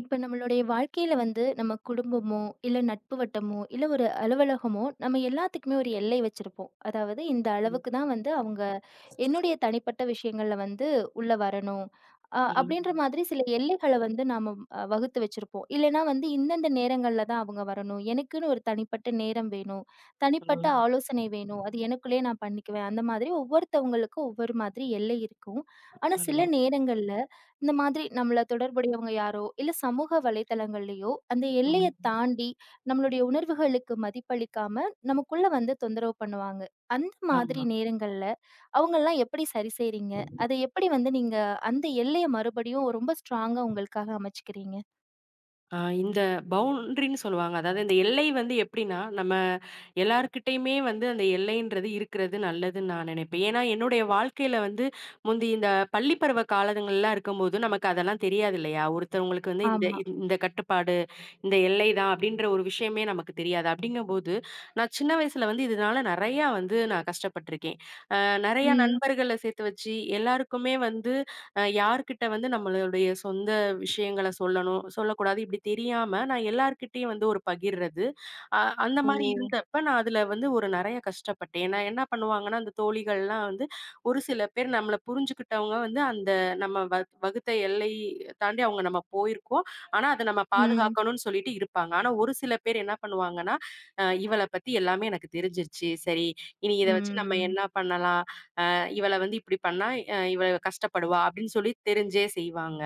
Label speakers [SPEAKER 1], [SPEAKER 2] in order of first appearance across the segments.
[SPEAKER 1] இப்ப நம்மளுடைய வாழ்க்கையில வந்து நம்ம குடும்பமோ, இல்ல நட்பு வட்டமோ, இல்ல ஒரு அலுவலகமோ, நம்ம எல்லாத்துக்குமே ஒரு எல்லை வச்சிருப்போம். அதாவது இந்த
[SPEAKER 2] ம்.
[SPEAKER 1] அளவுக்கு தான் வந்து அவங்க என்னுடைய தனிப்பட்ட விஷயங்கள்ல வந்து உள்ள வரணும்.
[SPEAKER 2] ம்.
[SPEAKER 1] அப்படின்ற மாதிரி சில எல்லைகள வந்து நாம வகுத்து வச்சிருப்போம். இல்லன்னா வந்து இந்தந்த நேரங்கள்ல தான் அவங்க வரணும். எனக்குன்னு ஒரு தனிப்பட்ட நேரம் வேணும். தனிப்பட்ட
[SPEAKER 2] ம்.
[SPEAKER 1] ஆலோசனை வேணும். அது எனக்குள்ளேயே நான் பண்ணிக்குவேன். அந்த மாதிரி ஒவ்வொருத்தவங்களுக்கும் ஒவ்வொரு மாதிரி எல்லை இருக்கும். ஆனா
[SPEAKER 2] ஆமா.
[SPEAKER 1] சில நேரங்கள்ல இந்த மாதிரி நம்மள தொடர்புடையவங்க யாரோ, இல்ல சமூக வலைத்தளங்கள்லயோ, அந்த எல்லைய
[SPEAKER 2] ம்.
[SPEAKER 1] தாண்டி நம்மளுடைய உணர்வுகளுக்கு மதிப்பளிக்காம, நமக்குள்ள வந்து தொந்தரவு பண்ணுவாங்க. அந்த
[SPEAKER 2] ஆமா.
[SPEAKER 1] மாதிரி நேரங்கள்ல அவங்கலாம் எப்படி சரி செய்றீங்க? அத எப்படி வந்து நீங்க அந்த எல்லைய மறுபடியும் ரொம்ப ஸ்ட்ராங்கா உங்களுக்காக அமைச்சுக்கிறீங்க?
[SPEAKER 2] அ இந்த பவுண்ட்ரின்னு சொல்லுவாங்க. அதாவது இந்த எல்லை வந்து எப்படின்னா, நம்ம எல்லார்கிட்டயுமே வந்து அந்த எல்லைன்றது இருக்கிறது நல்லதுன்னு நான் நினைப்பேன். ஏன்னா, என்னுடைய வாழ்க்கையில வந்து முந்தி இந்த பள்ளி பருவ காலங்கள்லாம் இருக்கும்போது நமக்கு அதெல்லாம் தெரியாது இல்லையா? ஒருத்தவங்களுக்கு வந்து இந்த
[SPEAKER 1] ஆமா.
[SPEAKER 2] இந்த இந்த கட்டுப்பாடு, இந்த எல்லை தான் அப்படின்ற ஒரு விஷயமே நமக்கு தெரியாது. அப்படிங்கும்போது, நான் சின்ன வயசுல வந்து இதனால நெறையா வந்து நான் கஷ்டப்பட்டுருக்கேன். நெறைய
[SPEAKER 1] ம்.
[SPEAKER 2] நண்பர்கள சேர்த்து வச்சு, எல்லாருக்குமே வந்து யார்கிட்ட வந்து நம்மளுடைய சொந்த விஷயங்கள சொல்லணும், சொல்லக்கூடாது இப்படி தெரியாம நான் எல்லார்கிட்டயும் வந்து ஒரு பகிர்றது. அ அந்த மாரி
[SPEAKER 1] ஓ!
[SPEAKER 2] இருந்தப்ப நான் அதுல வந்து ஒரு நெறைய கஷ்டப்பட்டேன். நான் என்ன பண்ணுவாங்கன்னா, அந்த தோழிகள்லாம் வந்து ஒரு சில பேர் நம்மள புரிஞ்சுக்கிட்டவங்க வந்து அந்த நம்ம வகுத்த எல்லை தாண்டி அவங்க நம்ம போயிருக்கோம். ஆனா, அத நம்ம
[SPEAKER 1] ம்.
[SPEAKER 2] பாதுகாக்கணும்னு சொல்லிட்டு இருப்பாங்க. ஆனா, ஒரு சில பேர் என்ன பண்ணுவாங்கன்னா, இவள பத்தி எல்லாமே எனக்கு தெரிஞ்சிருச்சு. சரி, இனி இத வச்சு நம்ம
[SPEAKER 1] ம்.
[SPEAKER 2] என்ன பண்ணலாம்? இவள வந்து இப்படி பண்ணா இவ கஷ்டப்படுவா" அப்படின்னு சொல்லி தெரிஞ்சே செய்வாங்க.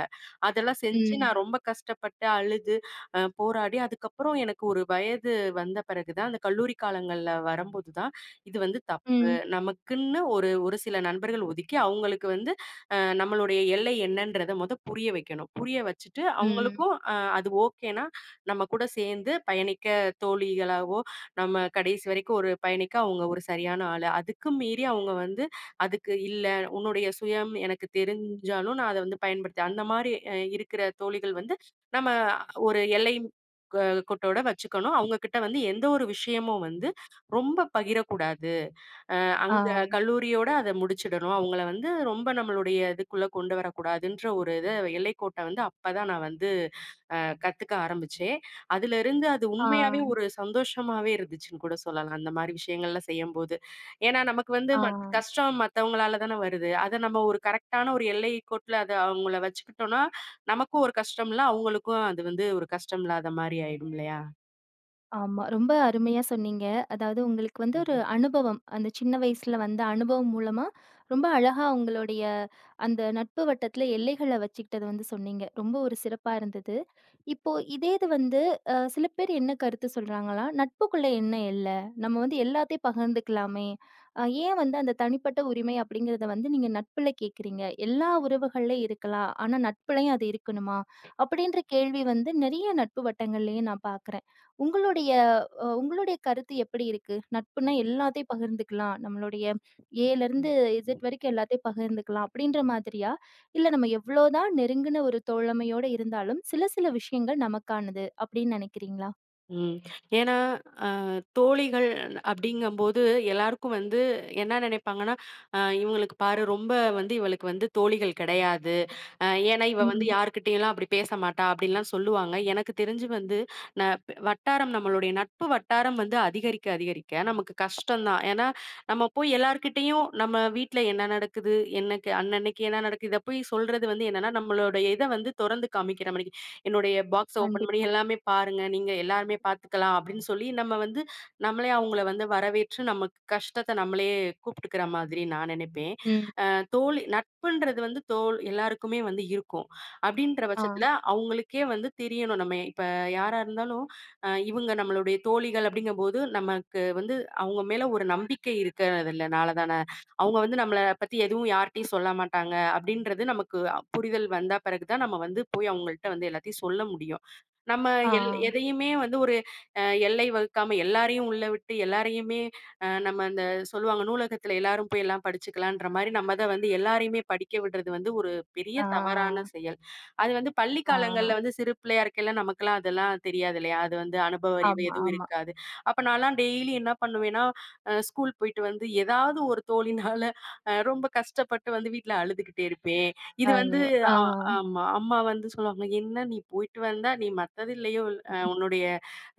[SPEAKER 2] அதெல்லாம் செஞ்சு நான்
[SPEAKER 1] ம்.
[SPEAKER 2] ரொம்ப கஷ்டப்பட்டு, அழுது, போராடி அதுக்கப்புறம் எனக்கு ஒரு வயது வந்த பிறகு தான் அந்த கல்லூரி காலங்கள்ல வரும்போது தான், இது வந்து தப்பு.
[SPEAKER 1] ம்.
[SPEAKER 2] நமக்குன்னு ஒரு ஒரு சில நண்பர்கள் ஒதுக்கி, அவங்களுக்கு வந்து நம்மளுடைய எல்லை என்னன்றத மொத புரிய வைக்கணும். புரிய வச்சுட்டு
[SPEAKER 1] ம்.
[SPEAKER 2] அவங்களுக்கும் அது ஓகேன்னா, நம்ம கூட சேர்ந்து பயணிக்க தோழிகளாவோ, நம்ம கடைசி வரைக்கும் ஒரு பயணிக்க அவங்க ஒரு சரியான ஆளு. அதுக்கும் மீறி அவங்க வந்து அதுக்கு இல்ல, உன்னுடைய சுயம் எனக்கு தெரிஞ்சாலும் நான் அத வந்து பயன்படுத்தேன். அந்த மாரி இருக்கிற தோழிகள் வந்து நம்ம ஒரு எல்லை க கோட்டோட வச்சுக்கணும். அவங்க கிட்ட வந்து எந்த ஒரு விஷயமும் வந்து ரொம்ப பகிரக்கூடாது.
[SPEAKER 1] ஆ.
[SPEAKER 2] அங்க கல்லூரியோட அத முடிச்சிடணும். அவங்கள வந்து ரொம்ப நம்மளுடைய இதுக்குள்ள கொண்டு வரக்கூடாதுன்ற ஒரு இத எல்லைக்கோட்ட வந்து அப்பதான் நான் வந்து அ கத்துக்க ஆரம்பிச்சேன். அதிலிருந்து அது
[SPEAKER 1] ஆ.
[SPEAKER 2] உண்மையாவே ஒரு சந்தோஷமாவே இருந்துச்சுன்னு கூட சொல்லலாம். அந்த மாரி விஷயங்கள்லாம் செய்யும்போது. ஏன்னா நமக்கு வந்து
[SPEAKER 1] ஆ.
[SPEAKER 2] கஷ்டம் மத்தவங்களால தானே வருது. அத நம்ம ஒரு கரெக்ட்டான ஒரு எல்லைக்கோட்ல அத அவங்கள வச்சுக்கிட்டோம்னா, நமக்கும் ஒரு கஷ்டம் இல்ல. அவங்களுக்கும் அது வந்து ஒரு கஷ்டம் இல்லாத மாரி ஆயிடும் இல்லையா?
[SPEAKER 1] ஆமா. ரொம்ப அருமையா சொன்னீங்க. அதாவது உங்களுக்கு வந்து ஒரு
[SPEAKER 2] ம்.
[SPEAKER 1] அனுபவம். அந்த சின்ன வயசுல வந்த அனுபவம் மூலமா, ரொம்ப அழகா உங்களுடைய அந்த நட்பு வட்டத்துல எல்லைகள வச்சுக்கிட்டத வந்து சொன்னீங்க. ரொம்ப ஒரு சிறப்பா இருந்தது. இப்போ இதே இது வந்து சில பேர் என்ன கருத்து சொல்றாங்கன்னா, "நட்புக்குள்ள என்ன எல்ல? நம்ம வந்து எல்லாத்தையும் பகிர்ந்துக்கலாமே! ஏன் வந்து அந்த தனிப்பட்ட உரிமை அப்படிங்கிறத வந்து நீங்க நட்புல கேட்குறீங்க? எல்லா உறவுகள்லயும் இருக்கலாம். ஆனா நட்புலயும் அது இருக்கணுமா?" அப்படின்ற கேள்வி வந்து நெறைய நட்பு வட்டங்கள்லயும் நான் பார்க்குறேன். உங்களுடைய உங்களுடைய கருத்து எப்படி இருக்கு? நட்புனா எல்லாத்தையும் பகிர்ந்துக்கலாம். நம்மளுடைய
[SPEAKER 2] ம்.
[SPEAKER 1] ஏலருந்து இசட் வரைக்கும் எல்லாத்தையும் பகிர்ந்துக்கலாம் அப்படின்ற மாதிரியா? இல்ல நம்ம எவ்வளோதான் நெருங்குன ஒரு தோழமையோட இருந்தாலும், சில சில விஷயங்கள் நமக்கானது அப்படின்னு நினைக்கிறீங்களா?
[SPEAKER 2] ம். ஏன்னா தோழிகள் அப்படிங்கும்போது எல்லாருக்கும் வந்து என்ன நினைப்பாங்கன்னா, இவங்களுக்கு பாரு ரொம்ப வந்து இவளுக்கு வந்து தோழிகள் கிடையாது. அ ஏன்னா, "இவ வந்து
[SPEAKER 1] ம்.
[SPEAKER 2] யார்கிட்டயும்லாம் அப்படி பேச மாட்டா" அப்படின்லாம் சொல்லுவாங்க. எனக்கு தெரிஞ்சு வந்து ந ப் வட்டாரம் நம்மளுடைய நட்பு வட்டாரம் வந்து அதிகரிக்க, அதிகரிக்க நமக்கு கஷ்டம் தான். ஏன்னா, நம்ம போய் எல்லார்கிட்டயும் நம்ம வீட்ல என்ன நடக்குது, என்னக்கு அன்னன்னைக்கு என்ன நடக்குது, இத போய் சொல்றது வந்து என்னன்னா, நம்மளுடைய இத வந்து தொறந்து காமிக்கிற மாரிக்கு. "என்னுடைய பாக்ஸ ஓப்பன் பண்ணி
[SPEAKER 1] கண்டிப்பா.
[SPEAKER 2] எல்லாமே பாருங்க. நீங்க எல்லாருமே பார்த்துக்கலாம்" அப்படின்னு சொல்லி நம்ம வந்து நம்மளே அவங்கள வந்து வரவேற்று நமக்கு கஷ்டத்த நம்மளே கூப்ட்டுக்கிற மாதிரி நான் நெனைப்பேன்.
[SPEAKER 1] ம்.
[SPEAKER 2] அ தோழி நட்புன்றது வந்து தோல் எல்லாருக்குமே வந்து இருக்கும். அப்படின்ற
[SPEAKER 1] ஆ.
[SPEAKER 2] பட்சத்தில அவங்களுக்கே வந்து தெரியணும். நம்ம இப்ப யாரா இருந்தாலும், இவங்க நம்மளுடைய தோழிகள் அப்படிங்கும்போது, நமக்கு வந்து அவங்க மேல ஒரு நம்பிக்கை இருக்கிறதுனால தானே, அவங்க வந்து நம்மள பத்தி எதுவும் யார்ட்டயும் சொல்ல மாட்டாங்க அப்படின்றது நமக்கு புரிதல் வந்தா பிறகு தான் நம்ம வந்து போய் அவங்கள்ட்ட வந்து எல்லாத்தையும் சொல்ல முடியும். நம்ம
[SPEAKER 1] ஆ.
[SPEAKER 2] எதையுமே வந்து ஒரு அ எல்லை வகுக்காம எல்லாரையும் உள்ள விட்டு எல்லாரையுமே நம்ம அந்த சொல்லுவாங்க நூலகத்துல எல்லாரும் போய் எல்லாம் படிச்சுக்கலான்ற மாரி நம்ம தான் வந்து எல்லாரையுமே படிக்க விடுறது வந்து ஒரு பெரிய
[SPEAKER 1] ஆ.
[SPEAKER 2] தவறான செயல். அது வந்து பள்ளி
[SPEAKER 1] ஆ.
[SPEAKER 2] காலங்கள்ல வந்து சிறு பிள்ளையா இருக்கையில நமக்கெல்லாம் அதெல்லாம் தெரியாது இல்லையா? அது வந்து அனுபவ அறிவு
[SPEAKER 1] ஆமா,
[SPEAKER 2] எதுவும்
[SPEAKER 1] ஆமா.
[SPEAKER 2] இருக்காது. அப்ப நான்லாம் டெய்லி என்ன பண்ணுவேன்னா, ஸ்கூல் போயிட்டு வந்து ஏதாவது ஒரு தோழினால ரொம்ப கஷ்டப்பட்டு வந்து வீட்ல அழுதுகிட்டே இருப்பேன். இது வந்து
[SPEAKER 1] ஐயோ! ஆ.
[SPEAKER 2] அ ஆமா. அம்மா வந்து சொல்லுவாங்க, "என்ன நீ போயிட்டு வந்தா நீ மத்தது இல்லையோ, உன்னுடைய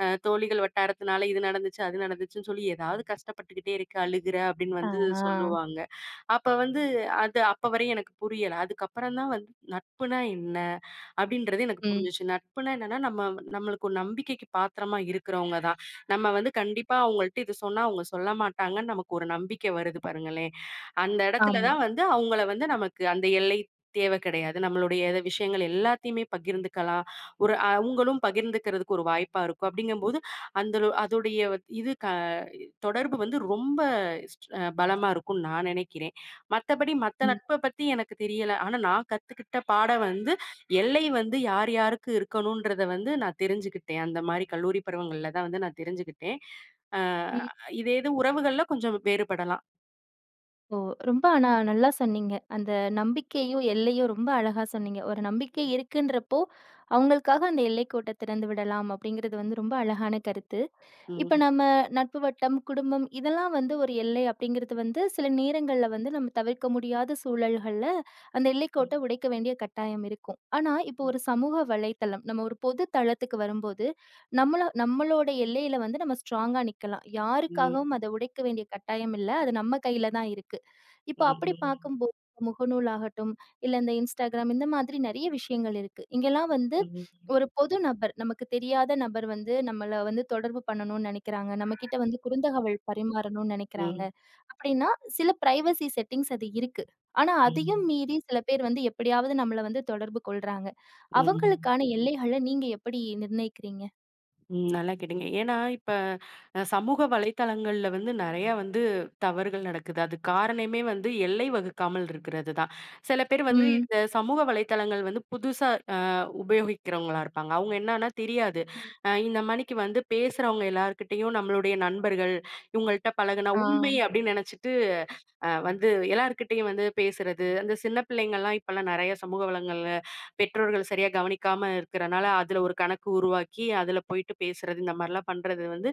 [SPEAKER 2] தோழிகள் வட்டாரத்தினால இது நடந்துச்சு, அது நடந்துச்சுன்னு சொல்லி ஏதாவது கஷ்டப்பட்டுக்கிட்டே இருக்க, அழுகுற அப்படின்னு
[SPEAKER 1] ஆ.
[SPEAKER 2] வந்து
[SPEAKER 1] ஆ,
[SPEAKER 2] சொல்லுவாங்க. அப்ப வந்து அது அப்ப வரையும் எனக்கு புரியல. அதுக்கப்புறம் தான் வந்து நட்புனா என்ன? அப்படின்றது எனக்கு
[SPEAKER 1] ம்.
[SPEAKER 2] புரிஞ்சுச்சு. நட்புனா என்னன்னா, நம்ம நம்மளுக்கு ஒரு நம்பிக்கைக்கு பாத்திரமா இருக்கிறவங்க தான். நம்ம வந்து கண்டிப்பா அவங்கள்ட்ட இது சொன்னா அவங்க சொல்ல மாட்டாங்கன்னு நமக்கு ஒரு நம்பிக்கை வருது பாருங்களேன். அந்த இடத்துல
[SPEAKER 1] ஆமா.
[SPEAKER 2] தான் வந்து அவங்கள வந்து நமக்கு அந்த எல்லை தேவை கிடையாது. நம்மளுடைய எத- விஷயங்கள் எல்லாத்தையுமே பகிர்ந்துக்கலாம். ஒரு அவங்களும் பகிர்ந்துக்கிறதுக்கு ஒரு வாய்ப்பா இருக்கும். அப்படிங்கும்போது, அந்த லொ- அதோடைய வத்- இது க தொடர்பு வந்து ரொம்ப ஸ்ட் அ பலமா இருக்கும்னு நான் நினைக்கிறேன். மத்தபடி மத்த
[SPEAKER 1] ம்.
[SPEAKER 2] நட்ப பத்தி எனக்கு தெரியல. ஆனா நான் கத்துக்கிட்ட பாடம் வந்து, எல்லை வந்து யார் யாருக்கு இருக்கணும்ன்றத வந்து நான் தெரிஞ்சுக்கிட்டேன். அந்த மாரி கல்லூரி பருவங்கள்ல தான் வந்து நான் தெரிஞ்சுக்கிட்டேன். அ
[SPEAKER 1] ம்.
[SPEAKER 2] இதே இது உறவுகள்ல கொஞ்சம் வேறுபடலாம்.
[SPEAKER 1] ஓ! ரொம்ப ஆனா நல்லா சொன்னீங்க. அந்த நம்பிக்கையும், எல்லையும் ரொம்ப அழகா சொன்னீங்க. ஒரு நம்பிக்கை இருக்குன்றப்போ, அவங்களுக்காக அந்த எல்லைக்கோட்ட திறந்து விடலாம் அப்படிங்கிறது வந்து ரொம்ப அழகான கருத்து. இப்ப
[SPEAKER 2] ம்.
[SPEAKER 1] நம்ம நட்பு வட்டம், குடும்பம் இதெல்லாம் வந்து ஒரு எல்லை அப்படிங்கிறது வந்து சில நேரங்கள்ல வந்து நம்ம தவிர்க்க முடியாத சூழல்கள்ல அந்த எல்லைக்கோட்டை
[SPEAKER 2] ம்.
[SPEAKER 1] உடைக்க வேண்டிய கட்டாயம் இருக்கும். ஆனா இப்போ ஒரு சமூக வலைத்தளம், நம்ம ஒரு பொது தளத்துக்கு வரும்போது நம்மள நம்மளோட எல்லையில வந்து நம்ம ஸ்ட்ராங்கா நிக்கலாம்.
[SPEAKER 2] ம்.
[SPEAKER 1] யாருக்காகவும் அத உடைக்க வேண்டிய கட்டாயம் இல்ல. அது நம்ம கையில தான் இருக்கு. இப்போ அப்படி
[SPEAKER 2] ம்.
[SPEAKER 1] பார்க்கும்போது முகநூல் ஆகட்டும், இல்ல இந்த Instagram இந்த மாதிரி நெறைய விஷயங்கள் இருக்கு. இங்கெல்லாம் வந்து
[SPEAKER 2] ம். ம்.
[SPEAKER 1] ஒரு பொது நபர், நமக்கு தெரியாத நபர் வந்து நம்மள வந்து தொடர்பு பண்ணணும்னு நெனைக்கிறாங்க. நம்மகிட்ட வந்து குறுந்தகவல் பரிமாறணும்னு நெனைக்கிறாங்க.
[SPEAKER 2] ம்.
[SPEAKER 1] அப்டின்னா, சில பிரைவசி செட்டிங்ஸ் அது இருக்கு. ஆனா,
[SPEAKER 2] ம்.
[SPEAKER 1] அதையும்
[SPEAKER 2] ம்.
[SPEAKER 1] மீறி சில பேர் வந்து எப்படியாவது நம்மள வந்து தொடர்பு கொள்றாங்க.
[SPEAKER 2] ம்.
[SPEAKER 1] அவங்களுக்கான எல்லைகள நீங்க எப்படி நிர்ணயிக்கிறீங்க?
[SPEAKER 2] ம். நல்லா கேட்டீங்க. ஏன்னா, இப்ப சமூக வலைத்தளங்கள்ல வந்து நெறையா வந்து தவறுகள் நடக்குது. அதுக்கு காரணமே வந்து எல்லை வகுக்காமல் இருக்கிறது தான். சில பேர் வந்து
[SPEAKER 1] ம்.
[SPEAKER 2] இந்த சமூக வலைத்தளங்கள் வந்து புதுசா உபயோகிக்கிறவங்களா இருப்பாங்க. அவங்க என்னன்னா தெரியாது.
[SPEAKER 1] ம்.
[SPEAKER 2] இந்த மணிக்கு வந்து பேசுறவங்க எல்லார்கிட்டயும் நம்மளுடைய நண்பர்கள், இவங்கள்ட்ட பழகுனா
[SPEAKER 1] ஆ.
[SPEAKER 2] உண்மை அப்படின்னு நெனைச்சிட்டு வந்து எல்லார்கிட்டயும் வந்து பேசுறது, அந்த சின்ன பிள்ளைங்கள்லாம் இப்பலாம் நெறைய சமூக வளங்கள்ல பெற்றோர்கள் சரியா கவனிக்காம இருக்கிறனால, அதுல ஒரு கணக்கு உருவாக்கி, அதுல போயிட்டு பேசுறது, இந்த மாரிலாம் பண்றது வந்து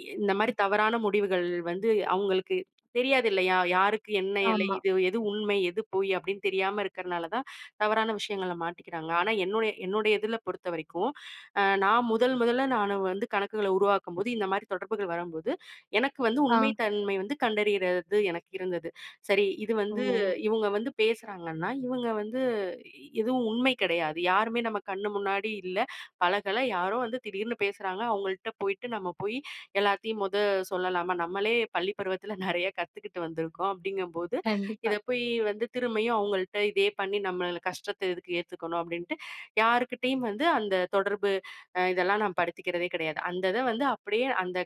[SPEAKER 2] இந்த மாரி தவறான முடிவுகள் வந்து அவங்களுக்கு தெரியாது இல்லையா? யாருக்கு என்ன எல்லை?
[SPEAKER 1] ஆமா.
[SPEAKER 2] இது எது உண்மை? எது பொய்? அப்படின்னு தெரியாம இருக்கிறனால தான் தவறான விஷயங்கள்ல மாட்டிக்கிறாங்க. ஆனா என்னுடைய என்னுடைய இதுல பொறுத்த வரைக்கும், நான் முதல் முதல்ல நானு வந்து கணக்குகள உருவாக்கும்போது, இந்த மாரி தொடர்புகள் வரும்போது, எனக்கு வந்து
[SPEAKER 1] ஆ.
[SPEAKER 2] உண்மை தன்மை வந்து கண்டறியறது எனக்கு இருந்தது. சரி இது
[SPEAKER 1] ஓ!
[SPEAKER 2] வந்து இவங்க வந்து பேசுறாங்கன்னா, இவங்க வந்து எதுவும் உண்மை கிடையாது. யாருமே நம்ம கண்ணு முன்னாடி இல்ல, பழகல. யாரோ வந்து திடீர்னு பேசுறாங்க. அவங்கள்ட்ட போயிட்டு நம்ம போய் எல்லாத்தையும் மொத சொல்லலாமா? நம்மளே பள்ளி பருவத்துல நெறைய கத்துக்கிட்டு வந்திருக்கோம். அப்படிங்கும்போது, இத
[SPEAKER 1] கண்டிப்பா.
[SPEAKER 2] போய் வந்து திரும்பியும் அவங்கள்ட்ட இதே பண்ணி நம்மள கஷ்டத்த எதுக்கு ஏத்துக்கணும்? அப்படின்ட்டு யார்கிட்டயும் வந்து அந்த தொடர்பு இதெல்லாம் நான் படுத்திக்கிறதே கிடையாது. அந்த இத வந்து அப்படியே அந்த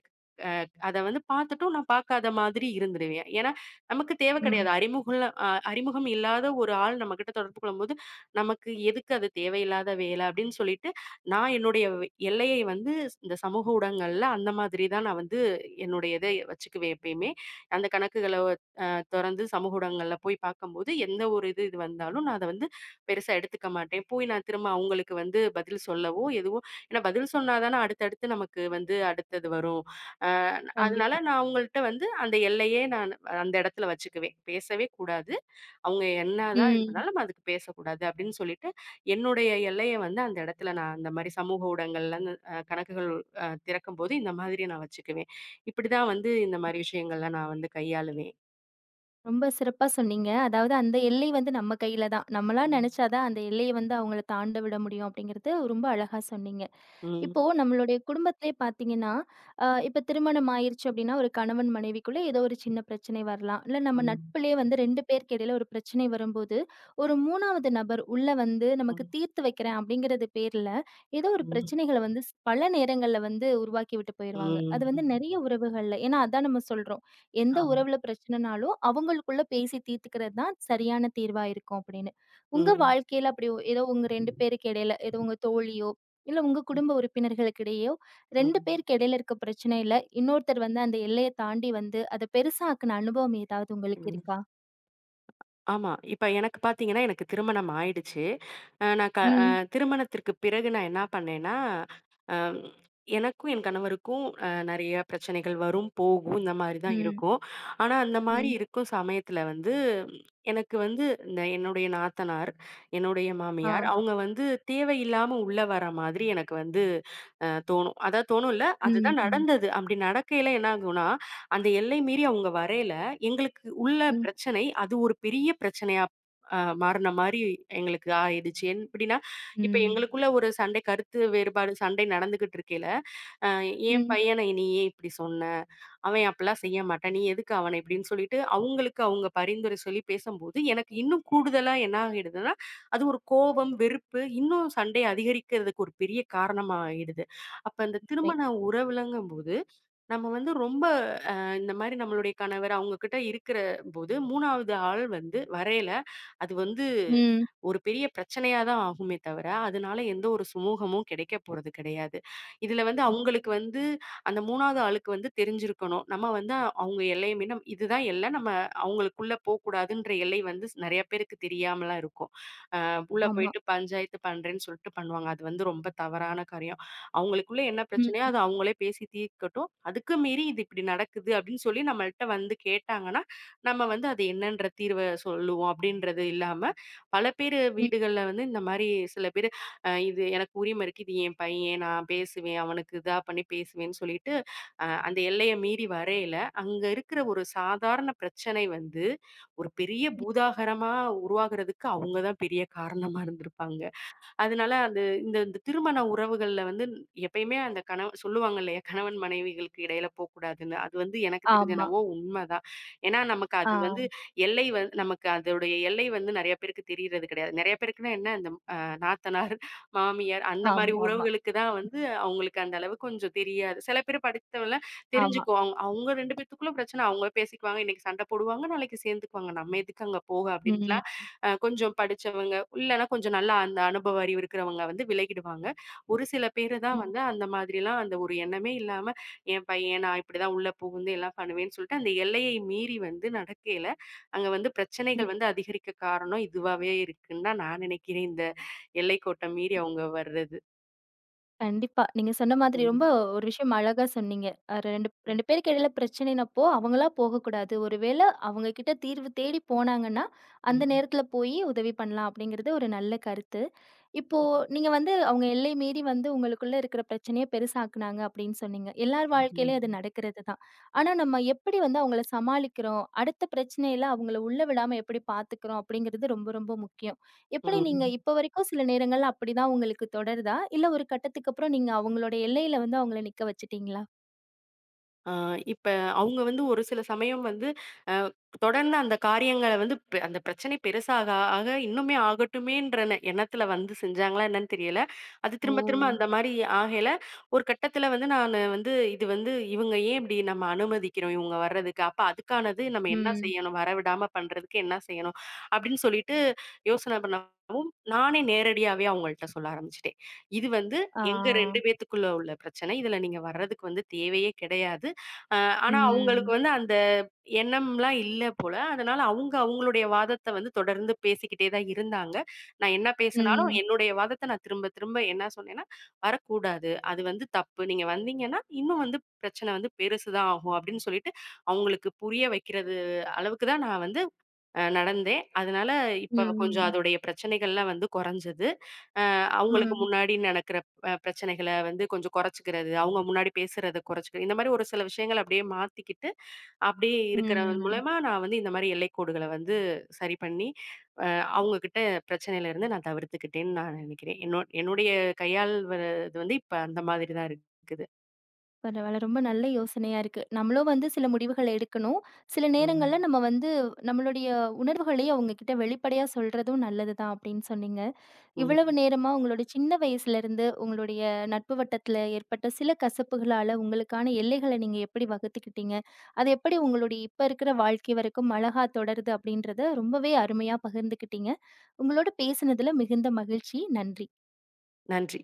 [SPEAKER 2] அத வந்து பார்த்துட்டும் நான் பார்க்காத மாதிரி இருந்துருவேன். ஏன்னா, நமக்கு தேவ
[SPEAKER 1] ம்.
[SPEAKER 2] கிடையாது. அறிமுகல்ல அ அறிமுகம் இல்லாத ஒரு ஆள் நம்மகிட்ட தொடர்பு கொள்ளும்போது, நமக்கு எதுக்கு அது தேவையில்லாத வேல அப்படின்னு சொல்லிட்டு, நான் என்னுடைய எல்லையை வந்து இந்த சமூக ஊடகங்கள்ல அந்த மாதிரி தான் நான் வந்து என்னுடைய இத வச்சுக்குவேன் எப்பயுமே. அந்த கணக்குகள அ தொறந்து சமூக ஊடகங்கள்ல போய் பார்க்கும்போது, எந்த ஒரு இது இது வந்தாலும் நான் அத வந்து பெருசா எடுத்துக்க மாட்டேன். போய் நான் திரும்ப அவங்களுக்கு வந்து பதில் சொல்லவோ, எதுவோ ஏன்னா பதில் சொன்னா தானே அடுத்தடுத்து நமக்கு வந்து அடுத்தது வரும். அ அதனால
[SPEAKER 1] கண்டிப்பா.
[SPEAKER 2] நான் அவங்கள்ட்ட வந்து அந்த எல்லையே நான் அந்த இடத்துல வச்சுக்குவேன். பேசவே கூடாது. அவங்க என்னதான் இது
[SPEAKER 1] ம்.
[SPEAKER 2] பண்ணாலும் நம்ம அதுக்கு பேசக்கூடாது அப்படின்னு சொல்லிட்டு, என்னுடைய எல்லைய வந்து அந்த இடத்துல நான் அந்த மாரி சமூக ஊடகங்கள்ல அந்த கணக்குகள் திறக்கும்போது இந்த மாதிரி நான் வச்சுக்குவேன். இப்படிதான் வந்து இந்த மாரி விஷயங்கள்லாம் நான் வந்து கையாளுவேன்.
[SPEAKER 1] ரொம்ப சிறப்பா சொன்னீங்க. அதாவது அந்த எல்லை வந்து நம்ம கையில தான். நம்மளா
[SPEAKER 2] ம்.
[SPEAKER 1] நெனைச்சா தான் அந்த எல்லைய வந்து அவங்கள தாண்ட விட முடியும் அப்படிங்கிறது ரொம்ப அழகா சொன்னீங்க.
[SPEAKER 2] ம்.
[SPEAKER 1] இப்போ நம்மளுடைய குடும்பத்திலே பார்த்தீங்கன்னா, இப்ப திருமணம் ஆயிருச்சு அப்டின்னா, ஒரு கணவன் மனைவிக்குள்ள ஏதோ ஒரு சின்ன பிரச்சனை வரலாம். இல்ல நம்ம
[SPEAKER 2] ம்.
[SPEAKER 1] நட்பிலே வந்து 2 பேருக்கு இடையில ஒரு பிரச்சனை வரும்போது, ஒரு 3வது நபர் உள்ள வந்து நமக்கு
[SPEAKER 2] ம்.
[SPEAKER 1] தீர்த்து வைக்கிறேன் அப்டிங்கிறது பேர்ல, ஏதோ ஒரு
[SPEAKER 2] ம்.
[SPEAKER 1] பிரச்சனைகள வந்து பல நேரங்கள்ல வந்து உருவாக்கி விட்டு போயிருவாங்க.
[SPEAKER 2] ம்.
[SPEAKER 1] அது வந்து
[SPEAKER 2] ம்.
[SPEAKER 1] நெறைய உறவுகள்ல. ஏன்னா அதான் நம்ம சொல்றோம். எந்த
[SPEAKER 2] ஆமா.
[SPEAKER 1] உறவுல பிரச்சனைனாலும் அவங்களுக்குள்ள பேசி தீர்த்துக்கிறது தான் சரியான தீர்வா இருக்கும் அப்டின்னு. உங்க
[SPEAKER 2] ம்.
[SPEAKER 1] வாழ்க்கையில அப்டி ஏதோ உங்க 2 பேருக்கு இடையில ஏதோ உங்க தோழியோ, இல்ல உங்க
[SPEAKER 2] ம்.
[SPEAKER 1] குடும்ப உறுப்பினர்களுக்கிடையோ 2
[SPEAKER 2] ம்.
[SPEAKER 1] பேருக்கு இடையில இருக்க பிரச்சனையில, இன்னொருத்தர் வந்து அந்த எல்லைய தாண்டி வந்து அத பெருசாக்குன அனுபவம் ஏதாவது உங்களுக்கு
[SPEAKER 2] ம்.
[SPEAKER 1] இருக்கா?
[SPEAKER 2] ஆமா. இப்ப எனக்கு பார்த்தீங்கன்னா, எனக்கு திருமணம் ஆயிடுச்சு. அ நான் க அ
[SPEAKER 1] ம்,
[SPEAKER 2] திருமணத்திற்கு பிறகு நான் என்ன பண்ணேன்னா, அம் எனக்கும் என் கணவருக்கும் நெறைய பிரச்சனைகள் வரும், போகும். இந்த மாரி தான்
[SPEAKER 1] ம்,
[SPEAKER 2] இருக்கும். ஆனா, அந்த மாரி
[SPEAKER 1] ம்.
[SPEAKER 2] இருக்கும் சமயத்துல வந்து, ம், எனக்கு வந்து இந்த என்னுடைய நாத்தனார், என்னுடைய
[SPEAKER 1] ஆ.
[SPEAKER 2] மாமியார் அவங்க வந்து தேவையில்லாம உள்ள வர மாதிரி எனக்கு வந்து தோணும். அதான் தோணும் இல்ல,
[SPEAKER 1] ம்,
[SPEAKER 2] அதுதான்
[SPEAKER 1] ம்,
[SPEAKER 2] நடந்தது. அப்படி நடக்கையில என்ன ஆகும்னா, அந்த எல்லை மீறி அவங்க வரையில எங்களுக்கு உள்ள
[SPEAKER 1] ம்,
[SPEAKER 2] பிரச்சனை, அது ஒரு பெரிய பிரச்சனையா மாறுன மாரி எங்களுக்கு ஆயிடுச்சு. எப்படின்னா, இப்ப
[SPEAKER 1] ம்,
[SPEAKER 2] எங்களுக்குள்ள ஒரு சண்டை கருத்து வேறுபாடு சண்டை நடந்துகிட்டு இருக்கையில, அ என்
[SPEAKER 1] ம்.
[SPEAKER 2] பையனை நீ ஏன் இப்படி சொன்ன? அவன் அப்படிலாம் செய்ய மாட்டான். நீ எதுக்கு அவன இப்படின்னு சொல்லிட்டு, அவங்களுக்கு அவங்க பரிந்துரை சொல்லி பேசம்போது, எனக்கு இன்னும் கூடுதலா என்ன ஆகிடுதுன்னா, அது ஒரு கோபம், வெறுப்பு இன்னும் சண்டை அதிகரிக்கிறதுக்கு ஒரு பெரிய காரணமா ஆயிடுது. அப்ப இந்த
[SPEAKER 1] வை
[SPEAKER 2] திருமண உறவுலங்கும்போது நம்ம வந்து ரொம்ப அ இந்த மாரி நம்மளுடைய கணவர் அவங்க கிட்ட இருக்கிற போது 3வது ஆள் வந்து வரையல. அது வந்து
[SPEAKER 1] ம்,
[SPEAKER 2] ஒரு பெரிய பிரச்சனையா தான் ஆகுமே தவிர, அதனால எந்த ஒரு சுமூகமும் கிடைக்க போறது கிடையாது. இதுல வந்து
[SPEAKER 1] ம்.
[SPEAKER 2] அவங்களுக்கு வந்து அந்த 3வது ஆளுக்கு வந்து தெரிஞ்சிருக்கணும். நம்ம வந்து அவங்க எல்லைய மீறி நம் இதுதான் எல்லை. நம்ம அவங்களுக்குள்ள போக்கூடாதுன்ற எல்லை வந்து நெறைய பேருக்கு தெரியாமலாம் இருக்கும். அ உள்ள
[SPEAKER 1] ஆமா.
[SPEAKER 2] போயிட்டு பஞ்சாயத்து பண்றேன்னு சொல்லிட்டு பண்ணுவாங்க. அது வந்து ரொம்ப தவறான காரியம். அவங்களுக்குள்ள என்ன பிரச்சனையோ
[SPEAKER 1] ம்,
[SPEAKER 2] அது அவங்களே பேசி தீர்க்கட்டும். அதுக்கு மீறி இது இப்படி நடக்குது அப்படின்னு சொல்லி நம்மள்ட்ட வந்து கேட்டாங்கன்னா, நம்ம வந்து அது என்னன்ற தீர்வ சொல்லுவோம் அப்படின்றது இல்லாம பல பேரு
[SPEAKER 1] ம்.
[SPEAKER 2] வீடுகள்ல வந்து இந்த மாரி சில பேரு, இது எனக்கு உரிமை இருக்கு. இது என் பையன். நான் பேசுவேன். அவனுக்கு இதா பண்ணி பேசுவேன்னு சொல்லிட்டு, அந்த எல்லைய மீறி வரையில, அங்க இருக்கிற ஒரு சாதாரண பிரச்சனை வந்து, ஒரு பெரிய பூதாகரமா உருவாகுறதுக்கு அவங்க தான் பெரிய காரணமா இருந்திருப்பாங்க. அதனால அது இந்த இந்த திருமண உறவுகள்ல வந்து எப்பயுமே அந்த கணவ சொல்லுவாங்க இல்லையா? கணவன் மனைவிகளுக்கு இடையில போக்கூடாதுன்னு. அது வந்து எனக்கு தெரிஞ்சு
[SPEAKER 1] ஆமா.
[SPEAKER 2] என்னவோ உண்மதான். ஏன்னா நமக்கு அது வந்து
[SPEAKER 1] ஆ.
[SPEAKER 2] எல்லை வ நமக்கு அதோடைய எல்லை வந்து நெறைய பேருக்கு தெரியறது கிடையாது. நெறைய பேருக்குன்னா என்ன இந்த நாத்தனார், மாமியார் அந்த மாரி
[SPEAKER 1] ஆமாமா.
[SPEAKER 2] உறவுகளுக்கு தான் வந்து அவங்களுக்கு அந்த அளவு கொஞ்சம் தெரியாது. சில பேர் படித்தவங்கள
[SPEAKER 1] ஆமா.
[SPEAKER 2] தெரிஞ்சுக்குவாங்க. அவங்க அவங்க 2 பேத்துக்குள்ள பிரச்சனை. அவங்க பேசிக்குவாங்க. இன்னைக்கு சண்டை போடுவாங்க. நாளைக்கு சேர்ந்துக்குவாங்க. நம்ம எதுக்கு அங்க போக?
[SPEAKER 1] ம்,
[SPEAKER 2] அப்படின்ட்டுலாம்
[SPEAKER 1] ம்,
[SPEAKER 2] கொஞ்சம் படிச்சவங்க, இல்லன்னா கொஞ்சம் நல்லா அந்த அனுபவ அறிவு இருக்கிறவங்க வந்து விலகிடுவாங்க. ஒரு சில பேரு தான்
[SPEAKER 1] ம்.
[SPEAKER 2] வந்து அந்த மாதிரிலாம் அந்த ஒரு எண்ணமே இல்லாம, என் பையன் நான் இப்படிதான் உள்ள புகுந்து எல்லாம் பண்ணுவேன்னு சொல்லிட்டு, அந்த எல்லையை மீறி வந்து நடக்கையில, அங்க வந்து பிரச்சனைகள் வந்து அதிகரிக்க காரணம் இதுவாவே இருக்குன்னு தான் நான் நினைக்கிறேன். இந்த எல்லைக்கோட்ட மீறி அவங்க வர்றது.
[SPEAKER 1] கண்டிப்பா. நீங்க சொன்ன மாதிரி
[SPEAKER 2] ம்.
[SPEAKER 1] ரொம்ப ஒரு விஷயம் அழகா சொன்னீங்க. அ 2
[SPEAKER 2] ம்.
[SPEAKER 1] 2 பேருக்கு இடையில பிரச்சனைனப்போ, அவங்களா போகக்கூடாது. ஒரு வேள அவங்க கிட்ட தீர்வு தேடி போனாங்கன்னா, அந்த
[SPEAKER 2] ம்.
[SPEAKER 1] நேரத்துல போயி உதவி பண்ணலாம் அப்படிங்கிறது ஒரு நல்ல கருத்து. இப்போ
[SPEAKER 2] ம்.
[SPEAKER 1] நீங்க வந்து அவங்க எல்லை மீறி வந்து உங்களுக்குள்ள இருக்கிற பிரச்சனைய பெருசாக்குனாங்க அப்படின்னு சொன்னீங்க. எல்லார் வாழ்க்கையிலயும்
[SPEAKER 2] ம்.
[SPEAKER 1] அது நடக்கிறது தான். ஆனா நம்ம எப்படி வந்து அவங்கள சமாளிக்கிறோம், அடுத்த பிரச்சனையில அவங்கள உள்ள விடாம எப்படி பார்த்துக்கிறோம் அப்படிங்கிறது ரொம்ப ரொம்ப முக்கியம். எப்படி நீங்க
[SPEAKER 2] ம்.
[SPEAKER 1] இப்ப வரைக்கும் சில நேரங்கள்ல அப்படிதான் உங்களுக்கு தொடருதா? இல்ல ஒரு கட்டத்துக்கு அப்புறம் நீங்க அவங்களோட எல்லையில வந்து அவங்கள நிக்க வச்சுட்டீங்களா?
[SPEAKER 2] ஆ இப்ப அவங்க வந்து ஒரு சில சமயம் வந்து அ தொடர்ந்து அந்த காரியங்கள வந்து அந்த பிரச்சனை பெருசாக ஆக இன்னுமே ஆகட்டுமேன்ற எண்ணத்துல வந்து செஞ்சாங்களா என்னன்னு தெரியல. அது
[SPEAKER 1] ஓ!
[SPEAKER 2] திரும்ப திரும்ப அந்த மாரி ஆகையில, ஒரு கட்டத்துல வந்து நானு வந்து இது வந்து இவங்க ஏன் இப்படி நம்ம அனுமதிக்கிறோம் இவங்க வர்றதுக்கு? அப்ப அதுக்கானது நம்ம என்ன
[SPEAKER 1] ம்.
[SPEAKER 2] செய்யணும்? வரவிடாம பண்றதுக்கு என்ன செய்யணும்? அப்படின்னு சொல்லிட்டு யோசனை பண்ணவும், நானே நேரடியாவே அவங்கள்ட்ட சொல்ல ஆரம்பிச்சுட்டேன். இது வந்து
[SPEAKER 1] ஆ.
[SPEAKER 2] எங்க 2 பேத்துக்குள்ள உள்ள பிரச்சனை. இதுல நீங்க வர்றதுக்கு வந்து தேவையே கிடையாது. அ ஆனா அவங்களுக்கு
[SPEAKER 1] ம்.
[SPEAKER 2] வந்து அந்த எண்ணம்லாம் இல்ல போல. அதனால அவங்க அவங்களுடைய வாதத்த வந்து தொடர்ந்து பேசிக்கிட்டே தான் இருந்தாங்க. நான் என்ன பேசினாலும்
[SPEAKER 1] ம்.
[SPEAKER 2] என்னுடைய வாதத்த நான் திரும்ப திரும்ப என்ன சொன்னேன்னா, "வரக்கூடாது. அது வந்து தப்பு. நீங்க வந்தீங்கன்னா, இன்னும் வந்து பிரச்சனை வந்து பெருசு தான் ஆகும்." அப்படின்னு சொல்லிட்டு அவங்களுக்கு புரிய வைக்கிறது அளவுக்கு தான் நான் வந்து நடந்தேன். அதனால இப்ப கொஞ்சம்
[SPEAKER 1] ம்.
[SPEAKER 2] அதோடைய பிரச்சனைகள்லாம் வந்து குறைஞ்சது. அவங்களுக்கு
[SPEAKER 1] ம்.
[SPEAKER 2] முன்னாடி நடக்கிற பிரச்சனைகள வந்து கொஞ்சம் குறைச்சுக்கிறது, அவங்க முன்னாடி பேசுறத குறைச்சுக்கிறது, இந்த மாரி ஒரு சில விஷயங்கள் அப்படியே மாத்திக்கிட்டு, அப்படியே
[SPEAKER 1] ம்.
[SPEAKER 2] இருக்கிறது மூலமா
[SPEAKER 1] ம்.
[SPEAKER 2] நான் வந்து இந்த மாரி எல்லைக்கோடுகள வந்து சரி பண்ணி, அ அவங்க கிட்ட பிரச்சனையிலருந்து நான் தவிர்த்துக்கிட்டேன்னு நான் நினைக்கிறேன். என்னோ என்னுடைய கையாள்வது வந்து இப்ப அந்த மாதிரி தான் இருக்குது.
[SPEAKER 1] பரவால்ல. ரொம்ப நல்ல யோசனையா இருக்கு. நம்மளும் வந்து சில முடிவுகள எடுக்கணும். சில
[SPEAKER 2] ம்.
[SPEAKER 1] நேரங்கள்ல நம்ம வந்து நம்மளுடைய உணர்வுகளையும் அவங்க கிட்ட வெளிப்படையா சொல்றதும் நல்லது தான் அப்படின்னு சொன்னீங்க. இவ்வளவு
[SPEAKER 2] ம்.
[SPEAKER 1] நேரமா உங்களுடைய சின்ன வயசுலருந்து உங்களுடைய நட்பு வட்டத்துல ஏற்பட்ட சில கசப்புகளால உங்களுக்கான எல்லைகள நீங்க எப்படி வகுத்துக்கிட்டீங்க? அது எப்படி உங்களுடைய இப்ப இருக்கிற வாழ்க்கை வரைக்கும் அழகா தொடருது அப்படின்றத ரொம்பவே அருமையா பகிர்ந்துக்கிட்டீங்க. உங்களோட பேசினதுல மிகுந்த மகிழ்ச்சி. நன்றி.
[SPEAKER 2] நன்றி.